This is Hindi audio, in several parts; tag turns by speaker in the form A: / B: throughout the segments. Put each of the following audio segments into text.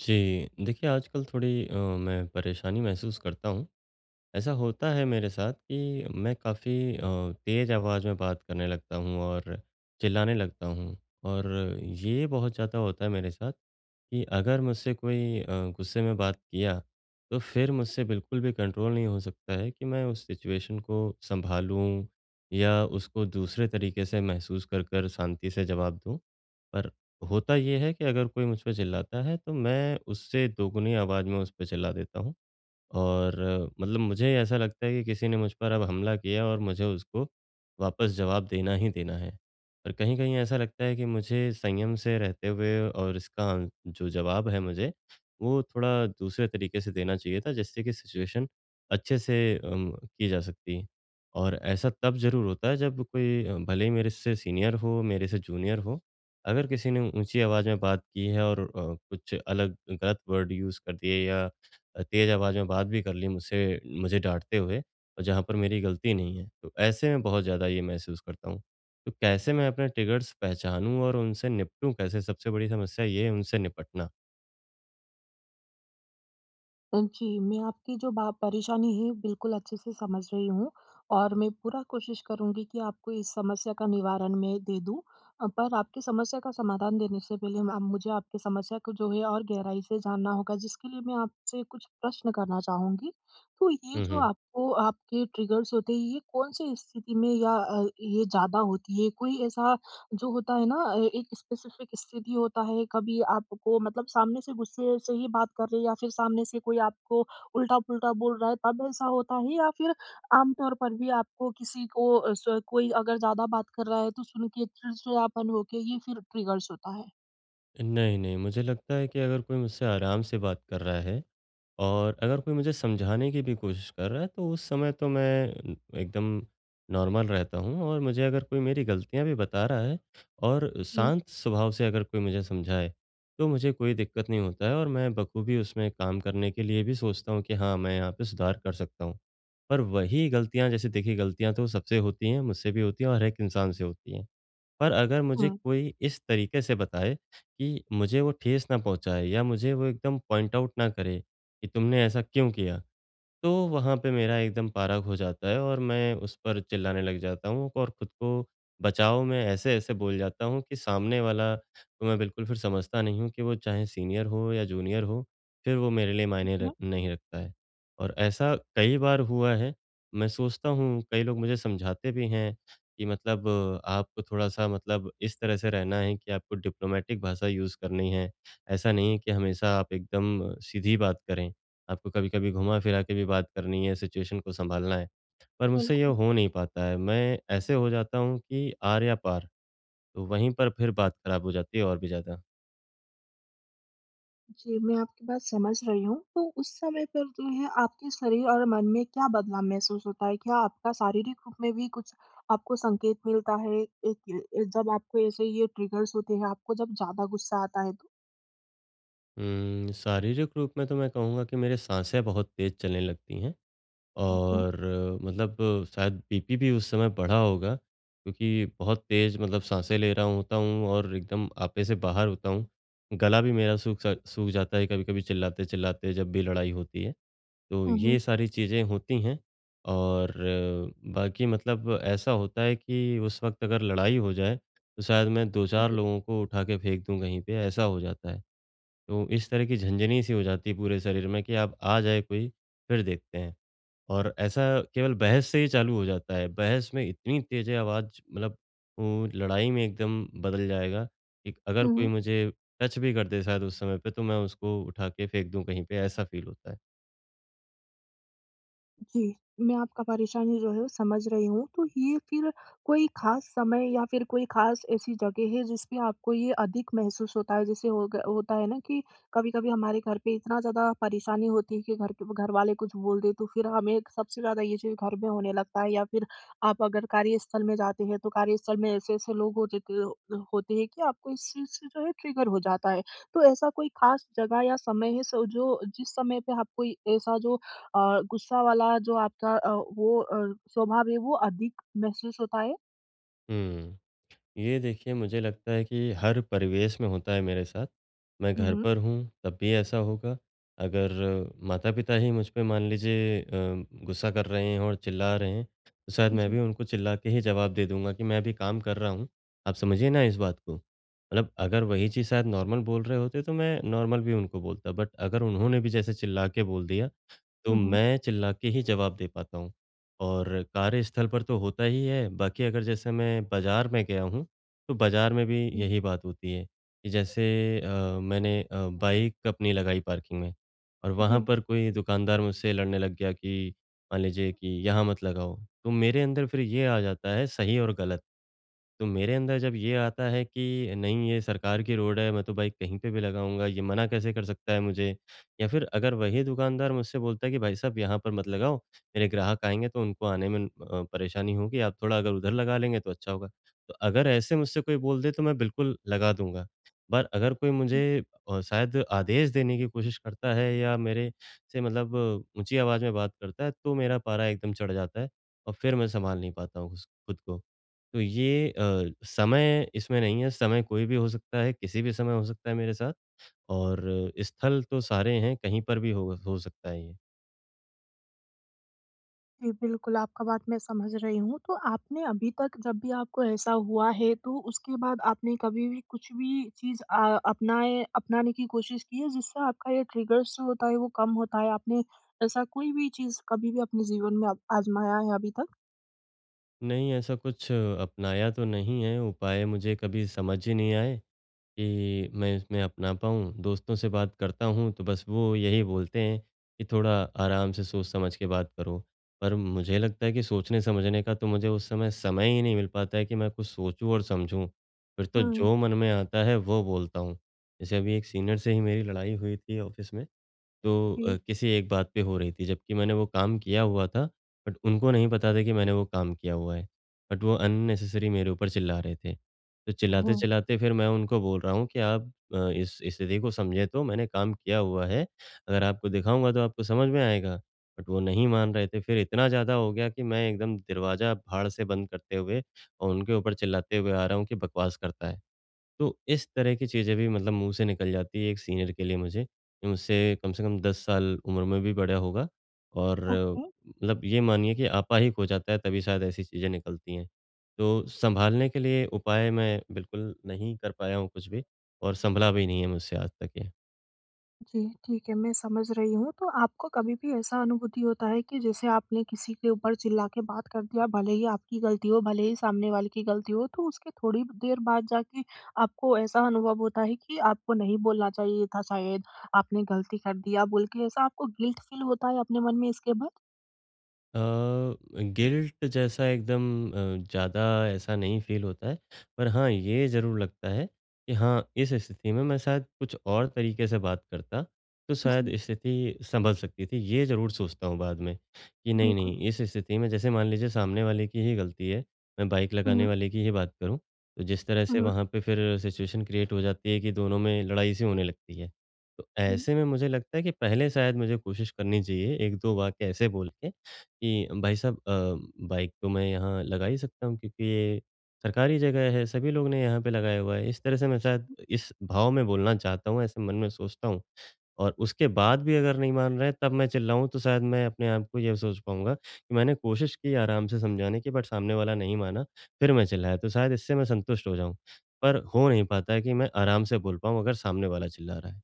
A: जी, देखिए आजकल थोड़ी मैं परेशानी महसूस करता हूँ। ऐसा होता है मेरे साथ कि मैं काफ़ी तेज़ आवाज़ में बात करने लगता हूँ और चिल्लाने लगता हूँ। और ये बहुत ज़्यादा होता है मेरे साथ कि अगर मुझसे कोई गुस्से में बात किया, तो फिर मुझसे बिल्कुल भी कंट्रोल नहीं हो सकता है कि मैं उस सिचुएशन को सँभालूँ या उसको दूसरे तरीके से महसूस कर कर शांति से जवाब दूँ। पर होता ये है कि अगर कोई मुझ पे चिल्लाता है, तो मैं उससे दोगुनी आवाज़ में उस पे चिल्ला देता हूँ। और मतलब मुझे ऐसा लगता है कि किसी ने मुझ पर अब हमला किया और मुझे उसको वापस जवाब देना ही देना है। और कहीं-कहीं ऐसा लगता है कि मुझे संयम से रहते हुए और इसका जो जवाब है मुझे, वो थोड़ा दूसरे तरीके से देना चाहिए था, जिससे कि सिचुएशन अच्छे से की जा सकती। और ऐसा तब ज़रूर होता है जब कोई भले ही मेरे से सीनियर हो, मेरे से जूनियर हो, अगर किसी ने ऊँची आवाज़ में बात की है और कुछ अलग गलत वर्ड यूज़ कर दिए या तेज़ आवाज़ में बात भी कर ली मुझसे, मुझे डाँटते हुए और जहाँ पर मेरी गलती नहीं है। तो ऐसे में बहुत ज़्यादा ये महसूस करता हूँ। तो कैसे मैं अपने ट्रिगर्स पहचानूँ और उनसे निपटूँ कैसे? सबसे बड़ी समस्या ये है, उनसे निपटना।
B: जी, मैं आपकी जो बा परेशानी है बिल्कुल अच्छे से समझ रही हूँ और मैं पूरा कोशिश करूँगी कि आपको इस समस्या का निवारण मैं दे दूँ। पर आपकी समस्या का समाधान देने से पहले आप मुझे आपकी समस्या को जो है और गहराई से जानना होगा जिसके लिए मैं आपसे कुछ प्रश्न करना चाहूँगी। तो ये
A: हुँ,
B: जो
A: हुँ।
B: आपको आपके ट्रिगर्स होते हैं ये कौन-सी स्थिति में या ये ज़्यादा होती है? कोई ऐसा जो होता है ना, एक स्पेसिफिक स्थिति होता है कभी आपको मतलब सामने से गुस्से से ही बात कर रहे हैं या फिर सामने से कोई आपको उल्टा-पुल्टा बोल रहा है तब ऐसा होता है या फिर आमतौर पर भी आपको किसी को अ, स कोई अगर ज़्यादा बात कर रहा है तो सुन के चिड़चिड़ापन हो के ये फिर ट्रिगर्स होता है?
A: नहीं, नहीं, मुझे लगता है कि अगर कोई मुझसे आराम से बात कर रहा है और अगर कोई मुझे समझाने की भी कोशिश कर रहा है, तो उस समय तो मैं एकदम नॉर्मल रहता हूँ। और मुझे अगर कोई मेरी गलतियाँ भी बता रहा है और
B: जी।
A: शांत स्वभाव से अगर कोई मुझे समझाए, तो मुझे कोई दिक्कत नहीं होता है और मैं बखूबी उसमें काम करने के लिए भी सोचता हूँ कि हाँ, मैं यहाँ पे सुधार कर सकता हूँ। पर वही गलतियाँ, जैसे देखिए, गलतियाँ तो सबसे होती हैं, मुझसे भी होती हैं और हर एक इंसान से होती हैं। पर अगर मुझे
B: हुँ।
A: कोई इस तरीके से बताए कि मुझे वो ठेस ना पहुँचाए या मुझे वो एकदम पॉइंट आउट ना करे कि तुमने ऐसा क्यों किया? तो वहाँ पे मेरा एकदम पारा हो जाता है और मैं उस पर चिल्लाने लग जाता हूँ। और खुद को बचाओ, मैं ऐसे-ऐसे बोल जाता हूँ कि सामने वाला को मैं बिल्कुल फिर समझता नहीं हूँ कि वो चाहे सीनियर हो या जूनियर हो, फिर वो मेरे लिए मायने र
B: हुँ,
A: नहीं रखता है। और ऐसा कई बार हुआ है। मैं सोचता हूँ, कई लोग मुझे समझाते भी हैं कि मतलब आपको थोड़ा-सा मतलब इस तरह से रहना है कि आपको डिप्लोमैटिक भाषा यूज़ करनी है। ऐसा नहीं है कि हमेशा आप एकदम सीधी बात करें। आपको कभी-कभी घुमा-फिरा के भी बात करनी है, सिचुएशन को सँभालना है। पर मुझसे ये
B: बिल्कुल।
A: हो नहीं पाता है, मैं ऐसे हो जाता हूँ कि आर या पार। तो वहीं पर फिर बात खराब हो जाती है और भी ज़्यादा।
B: जी, मैं आपकी बात समझ रही हूँ। तो उस समय पर जो है आपके शरीर और मन में क्या बदलाव महसूस होता है? क्या आपका शारीरिक रूप में भी कुछ आपको संकेत मिलता है? एक, जब आपको ऐसे ये ट्रिगर्स होते हैं, आपको जब ज़्यादा गुस्सा आता है तो?
A: शारीरिक रूप में तो मैं कहूँगा कि मेरे साँसें बहुत तेज़ चलने लगती हैं
B: ओके।
A: और मतलब शायद बीपी भी उस समय बढ़ा होगा, क्योंकि बहुत तेज़ मतलब साँसें ले रहा होता हूँ और एकदम आपे से बाहर होता हूँ। गला भी मेरा सूख सा सूख जाता है कभी-कभी, चिल्लाते-चिल्लाते, जब भी लड़ाई होती है। तो
B: हुँ,
A: ये
B: हुँ।
A: सारी चीज़ें होती हैं। और बाकी मतलब ऐसा होता है कि उस वक़्त अगर लड़ाई हो जाए, तो शायद मैं 2-4
B: जी।
A: लोगों को उठा के फेंक दूँ कहीं पे, ऐसा हो जाता है। तो इस तरह की झनझनी-सी हो जाती है पूरे शरीर में कि अब आ जाए कोई, फिर देखते हैं। और ऐसा केवल बहस से ही चालू हो जाता है। बहस में इतनी तेज़ है आवाज़ मतलब वो लड़ाई में एकदम बदल जाएगा कि अगर
B: हुँ,
A: कोई
B: हुँ।
A: मुझे टच भी कर दे शायद उस समय पे, तो मैं उसको उठा के फेंक दूँ कहीं पे, ऐसा फ़ील होता है।
B: जी, मैं आपका परेशानी जो है वो समझ रही हूँ। तो ये फिर कोई ख़ास समय या फिर कोई ख़ास ऐसी जगह है जिस पे आपको ये अधिक महसूस होता है? जैसे हो ग होता है ना कि कभी-कभी हमारे घर पे इतना ज़्यादा परेशानी होती है कि घर वाले कुछ बोल दें तो फिर हमें सबसे ज़्यादा ये चीज़ घर में होने लगता है या फिर आप अगर कार्यस्थल में जाते हैं तो कार्यस्थल में ऐसे-ऐसे लोग हो जाते हो होते हैं कि आपको इस चीज़ से जो है ट्रिगर हो जाता है। तो ऐसा कोई ख़ास जगह या समय है सो जो जिस समय पे आपको ऐसा जो गुस्सा वाला जो आपका वो अ, स्वभाव है वो अधिक महसूस होता है?
A: हुँ। ये देखिए, मुझे लगता है कि हर परिवेश में होता है मेरे साथ। मैं
B: हुँ,
A: घर
B: हुँ।
A: पर हूँ, तब भी ऐसा होगा। अगर माता-पिता ही मुझ पे मान लीजिए गुस्सा कर रहे हैं और चिल्ला रहे हैं, तो शायद मैं
B: जी।
A: भी उनको चिल्ला के ही जवाब दे दूँगा कि मैं अभी काम कर रहा हूँ, आप समझिए ना इस बात को। मतलब अगर वही चीज़ शायद नॉर्मल बोल रहे होते, तो मैं नॉर्मल भी उनको बोलता। बट अगर उन्होंने भी जैसे चिल्ला के बोल दिया, तो
B: हुँ, हुँ।
A: मैं चिल्ला के ही जवाब दे पाता हूँ। और कार्यस्थल पर तो होता ही है, बाकी अगर जैसे मैं बाज़ार में गया हूँ, तो बाज़ार में भी
B: हुँ,
A: यही बात होती है कि जैसे मैंने बाइक अपनी लगाई पार्किंग में और वहाँ
B: जी।
A: पर कोई दुकानदार मुझसे लड़ने लग गया कि मान लीजिए कि यहाँ मत लगाओ। तो मेरे अंदर फिर ये आ जाता है सही और गलत। तो मेरे अंदर जब ये आता है कि नहीं, ये सरकार की रोड है, मैं तो बाइक कहीं पे भी लगाऊँगा, ये मना कैसे कर सकता है मुझे? या फिर अगर वही दुकानदार मुझसे बोलता है कि भाई साहब यहाँ पर मत लगाओ, मेरे ग्राहक आएँगे, तो उनको आने में परेशानी होगी, आप थोड़ा अगर उधर लगा लेंगे तो अच्छा होगा। तो अगर ऐसे मुझसे कोई बोल दे, तो मैं बिल्कुल लगा दूँगा। पर अगर कोई
B: जी,
A: मुझे शायद आदेश देने की कोशिश करता है या मेरे से मतलब ऊँची आवाज़ में बात करता है, तो मेरा पारा एकदम चढ़ जाता है और फिर मैं सँभाल नहीं पाता हूँ खुस खुद को। तो ये समय इसमें नहीं है, समय कोई भी हो सकता है, किसी भी समय हो सकता है मेरे साथ। और स्थल तो सारे हैं, कहीं पर भी हो सकता है ये।
B: जी, बिल्कुल आपका बात मैं समझ रही हूँ। तो आपने अभी तक जब भी आपको ऐसा हुआ है तो उसके बाद आपने कभी भी कुछ भी चीज़ अ, अपनाए अपनाने की कोशिश की है जिससे आपका ये ट्रिगर्स जो होता है वो कम होता है? आपने ऐसा कोई भी चीज़ कभी भी अपने जीवन में आप आज़माया है अभी तक?
A: नहीं, ऐसा कुछ अपनाया तो नहीं है, उपाय मुझे कभी समझ ही नहीं आए कि मैं इसमें अपना पाऊँ। दोस्तों से बात करता हूँ तो बस वो यही बोलते हैं कि थोड़ा आराम से सोच समझ के बात करो। पर मुझे लगता है कि सोचने समझने का तो मुझे उस समय समय ही नहीं मिल पाता है कि मैं कुछ सोचूँ और समझूँ। फिर तो
B: हुँ,
A: जो मन में आता है वो बोलता हूँ। जैसे अभी एक सीनियर से ही मेरी लड़ाई हुई थी ऑफ़िस में। तो
B: जी।
A: किसी एक बात पे हो रही थी, जबकि मैंने वो काम किया हुआ था, बट उनको नहीं पता था कि मैंने वो काम किया हुआ है। बट वो अननेसेसरी मेरे ऊपर चिल्ला रहे थे। तो
B: ओह!
A: चिल्लाते-चिल्लाते फिर मैं उनको बोल रहा हूँ कि आप इस स्थिति को समझें, तो मैंने काम किया हुआ है, अगर आपको दिखाऊँगा तो आपको समझ में आएगा। बट वो नहीं मान रहे थे, फिर इतना ज़्यादा हो गया कि मैं एकदम दरवाज़ा भाड़ से बंद करते हुए और उनके ऊपर चिल्लाते हुए आ रहा हूँ कि बकवास करता है। तो इस तरह की चीज़ें भी मतलब मुँह से निकल जाती है एक सीनियर के लिए मुझे। मुझसे कम से कम 10 साल उम्र में भी बड़ा होगा। और
B: ओके।
A: मतलब ये मानिए कि आपा-हित हो जाता है, तभी शायद ऐसी चीज़ें निकलती हैं। तो सँभालने के लिए उपाय मैं बिल्कुल नहीं कर पाया हूँ कुछ भी, और सँभला भी नहीं है मुझसे आज तक ये।
B: जी, ठीक है, मैं समझ रही हूँ। तो आपको कभी भी ऐसा अनुभूति होता है कि जैसे आपने किसी के ऊपर चिल्ला के बात कर दिया, भले ही आपकी गलती हो, भले ही सामने वाले की गलती हो, तो उसके थोड़ी देर बाद जाके आपको ऐसा अनुभव होता है कि आपको नहीं बोलना चाहिए था शायद, आपने गलती कर दिया बोल के, ऐसा आपको गिल्ट फील होता है अपने मन में इसके बाद?
A: अ, गिल्ट जैसा एकदम ज़्यादा ऐसा नहीं फ़ील होता है। पर हाँ, ये ज़रूर लगता है कि हाँ, इस स्थिति में मैं शायद कुछ और तरीके से बात करता, तो
B: जी,
A: शायद स्थिति सँभल सकती थी। ये ज़रूर सोचता हूँ बाद में कि नहीं,
B: बिल्कुल।
A: नहीं, इस स्थिति में जैसे मान लीजिए सामने वाले की ही गलती है, मैं बाइक लगाने
B: हुँ,
A: वाले की ही बात करूँ, तो जिस तरह
B: हुँ,
A: से
B: हुँ।
A: वहाँ पे फिर सिचुएशन क्रिएट हो जाती है कि दोनों में लड़ाई सी होने लगती है। तो
B: जी।
A: ऐसे में मुझे लगता है कि पहले शायद मुझे कोशिश करनी चाहिए 1-2 वाक्य ऐसे बोल के कि भाई साहब बाइक तो मैं यहाँ लगा ही सकता हूँ, क्योंकि ये सरकारी जगह है, सभी लोग ने यहाँ पे लगाया हुआ है। इस तरह से मैं शायद इस भाव में बोलना चाहता हूँ, ऐसे मन में सोचता हूँ, और उसके बाद भी अगर नहीं मान रहा है तब मैं चिल्लाऊँ, तो शायद मैं अपने आप को ये सोच पाऊँगा कि मैंने कोशिश की आराम से समझाने की, बट सामने वाला नहीं माना, फिर मैं चिल्लाया, तो शायद इससे मैं संतुष्ट हो जाऊँ। पर हो नहीं पाता है कि मैं आराम से बोल पाऊँ अगर सामने वाला चिल्ला रहा है।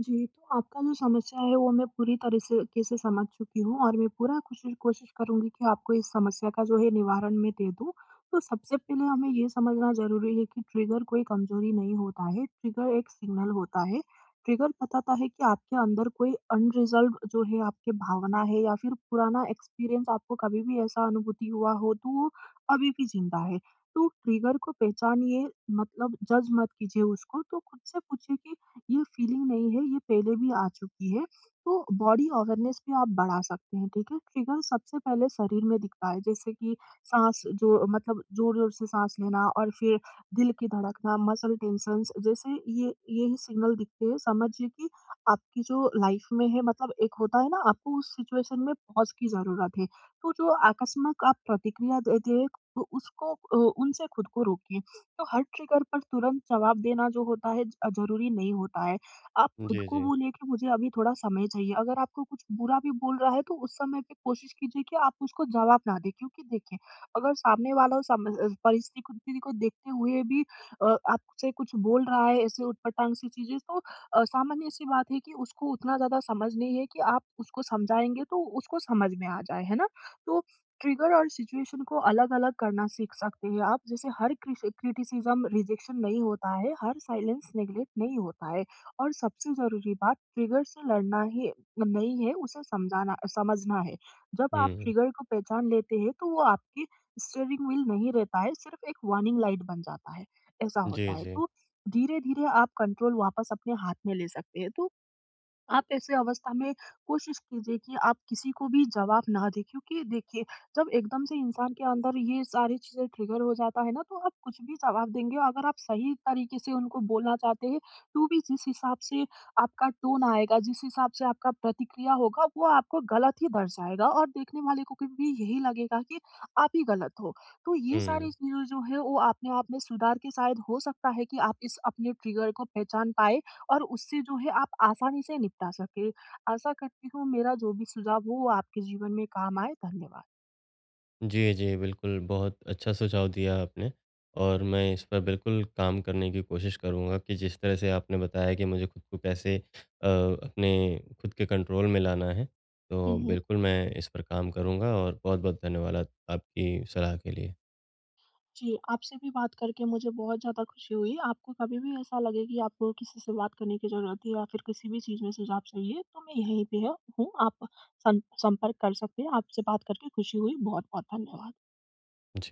B: जी, तो आपका जो समस्या है वो मैं पूरी तरह से के से समझ चुकी हूँ और मैं पूरा कोशिश कोशिश करूँगी कि आपको इस समस्या का जो है निवारण मैं दे दूँ। तो सबसे पहले हमें ये समझना ज़रूरी है कि ट्रिगर कोई कमज़ोरी नहीं होता है, ट्रिगर एक सिग्नल होता है। ट्रिगर बताता है कि आपके अंदर कोई अनरिज़ॉल्व्ड जो है आपकी भावना है या फिर पुराना एक्सपीरियंस आपको कभी भी ऐसा अनुभूति हुआ हो तो वो अभी भी ज़िंदा है। तो ट्रिगर को पहचानिए, मतलब जज मत कीजिए उसको, तो खुद से पूछिए कि ये फीलिंग नहीं है, ये पहले भी आ चुकी है। तो बॉडी अवेयरनेस भी आप बढ़ा सकते हैं, ठीक है? ट्रिगर सबसे पहले शरीर में दिखता है, जैसे कि साँस जो मतलब ज़ोर-ज़ोर से साँस लेना और फिर दिल की धड़कना, मसल टेंशन्स जैसे ये यही सिग्नल दिखते हैं। समझिए कि आपकी जो लाइफ में है मतलब एक होता है ना, आपको उस सिचुएशन में पॉज़ की ज़रूरत है। तो जो आकस्मक आप प्रतिक्रिया देते हैं, तो उसको उनसे खुद को रोकिए। तो हर ट्रिगर पर तुरंत जवाब देना जो होता है ज ज़रूरी नहीं होता है। आप खुद
A: जी,
B: को
A: जी।
B: बोलिए कि मुझे अभी थोड़ा समय चाहिए, अगर आपको कुछ बुरा भी बोल रहा है तो उस समय पे कोशिश कीजिए कि आप उसको जवाब ना दें क्योंकि देखिए, अगर सामने वाला परिस्थिति को देखते हुए भी अ, आपसे कुछ बोल रहा है ऐसे ऊटपटांग सी चीज़ें तो सामान्य-सी बात है कि उसको उतना ज़्यादा समझ नहीं है कि आप उसको समझाएँगे तो उसको समझ में आ जाए, है ना? तो ट्रिगर और सिचुएशन को अलग-अलग करना सीख सकते हैं आप, जैसे हर क्रिटिसिज्म रिजेक्शन नहीं होता है, हर साइलेंस नेगलेक्ट नहीं होता है। और सबसे जरूरी बात, ट्रिगर से लड़ना ही नहीं है, उसे समझाना समझना है। जब आप
A: हुँ,
B: ट्रिगर को पहचान लेते हैं तो वो आपकी स्टीयरिंग व्हील नहीं रहता है, सिर्फ एक वार्निंग लाइट बन जाता है। ऐसा होता
A: जी,
B: है
A: जी।
B: तो धीरे धीरे आप कंट्रोल वापस अपने हाथ में ले सकते हैं। तो आप ऐसे अवस्था में कोशिश कीजिए कि आप किसी को भी जवाब ना दें क्योंकि देखिए, जब एकदम से इंसान के अंदर ये सारी चीज़ें ट्रिगर हो जाता है ना, तो आप कुछ भी जवाब देंगे। अगर आप सही तरीके से उनको बोलना चाहते हैं, तो भी जिस हिसाब से आपका टोन आएगा, जिस हिसाब से आपका प्रतिक्रिया होगा, वो आपको गलत ही दर्शाएगा और देखने वाले को भी यही लगेगा कि आप ही गलत हो। तो ये सारी
A: हुँ।
B: चीज़ें जो है, वो अपने आप में सुधार के शायद हो सकता है कि आप इस अपने ट्रिगर को पहचान पाएँ और उससे जो है आप आसानी से निपटा सकें। आशा करती हूँ मेरा जो भी सुझाव हो वो आपके जीवन में काम आए। धन्यवाद।
A: जी, जी, बिल्कुल, बहुत अच्छा सुझाव दिया आपने। और मैं इस पर बिल्कुल काम करने की कोशिश करूँगा कि जिस तरह से आपने बताया कि मुझे खुद को कैसे अपने खुद के कंट्रोल में लाना है, तो
B: हुँ, हुँ।
A: बिल्कुल मैं इस पर काम करूँगा और बहुत-बहुत धन्यवाद आपकी सलाह के लिए।
B: जी, आपसे भी बात करके मुझे बहुत ज़्यादा खुशी हुई। आपको कभी भी ऐसा लगे कि आपको किसी से बात करने की ज़रूरत है या फिर किसी भी चीज़ में सुझाव चाहिए तो मैं यहीं पे ह हूँ। आप सं संपर्क कर सकते हैं। आपसे बात करके खुशी हुई। बहुत-बहुत धन्यवाद।
A: जी।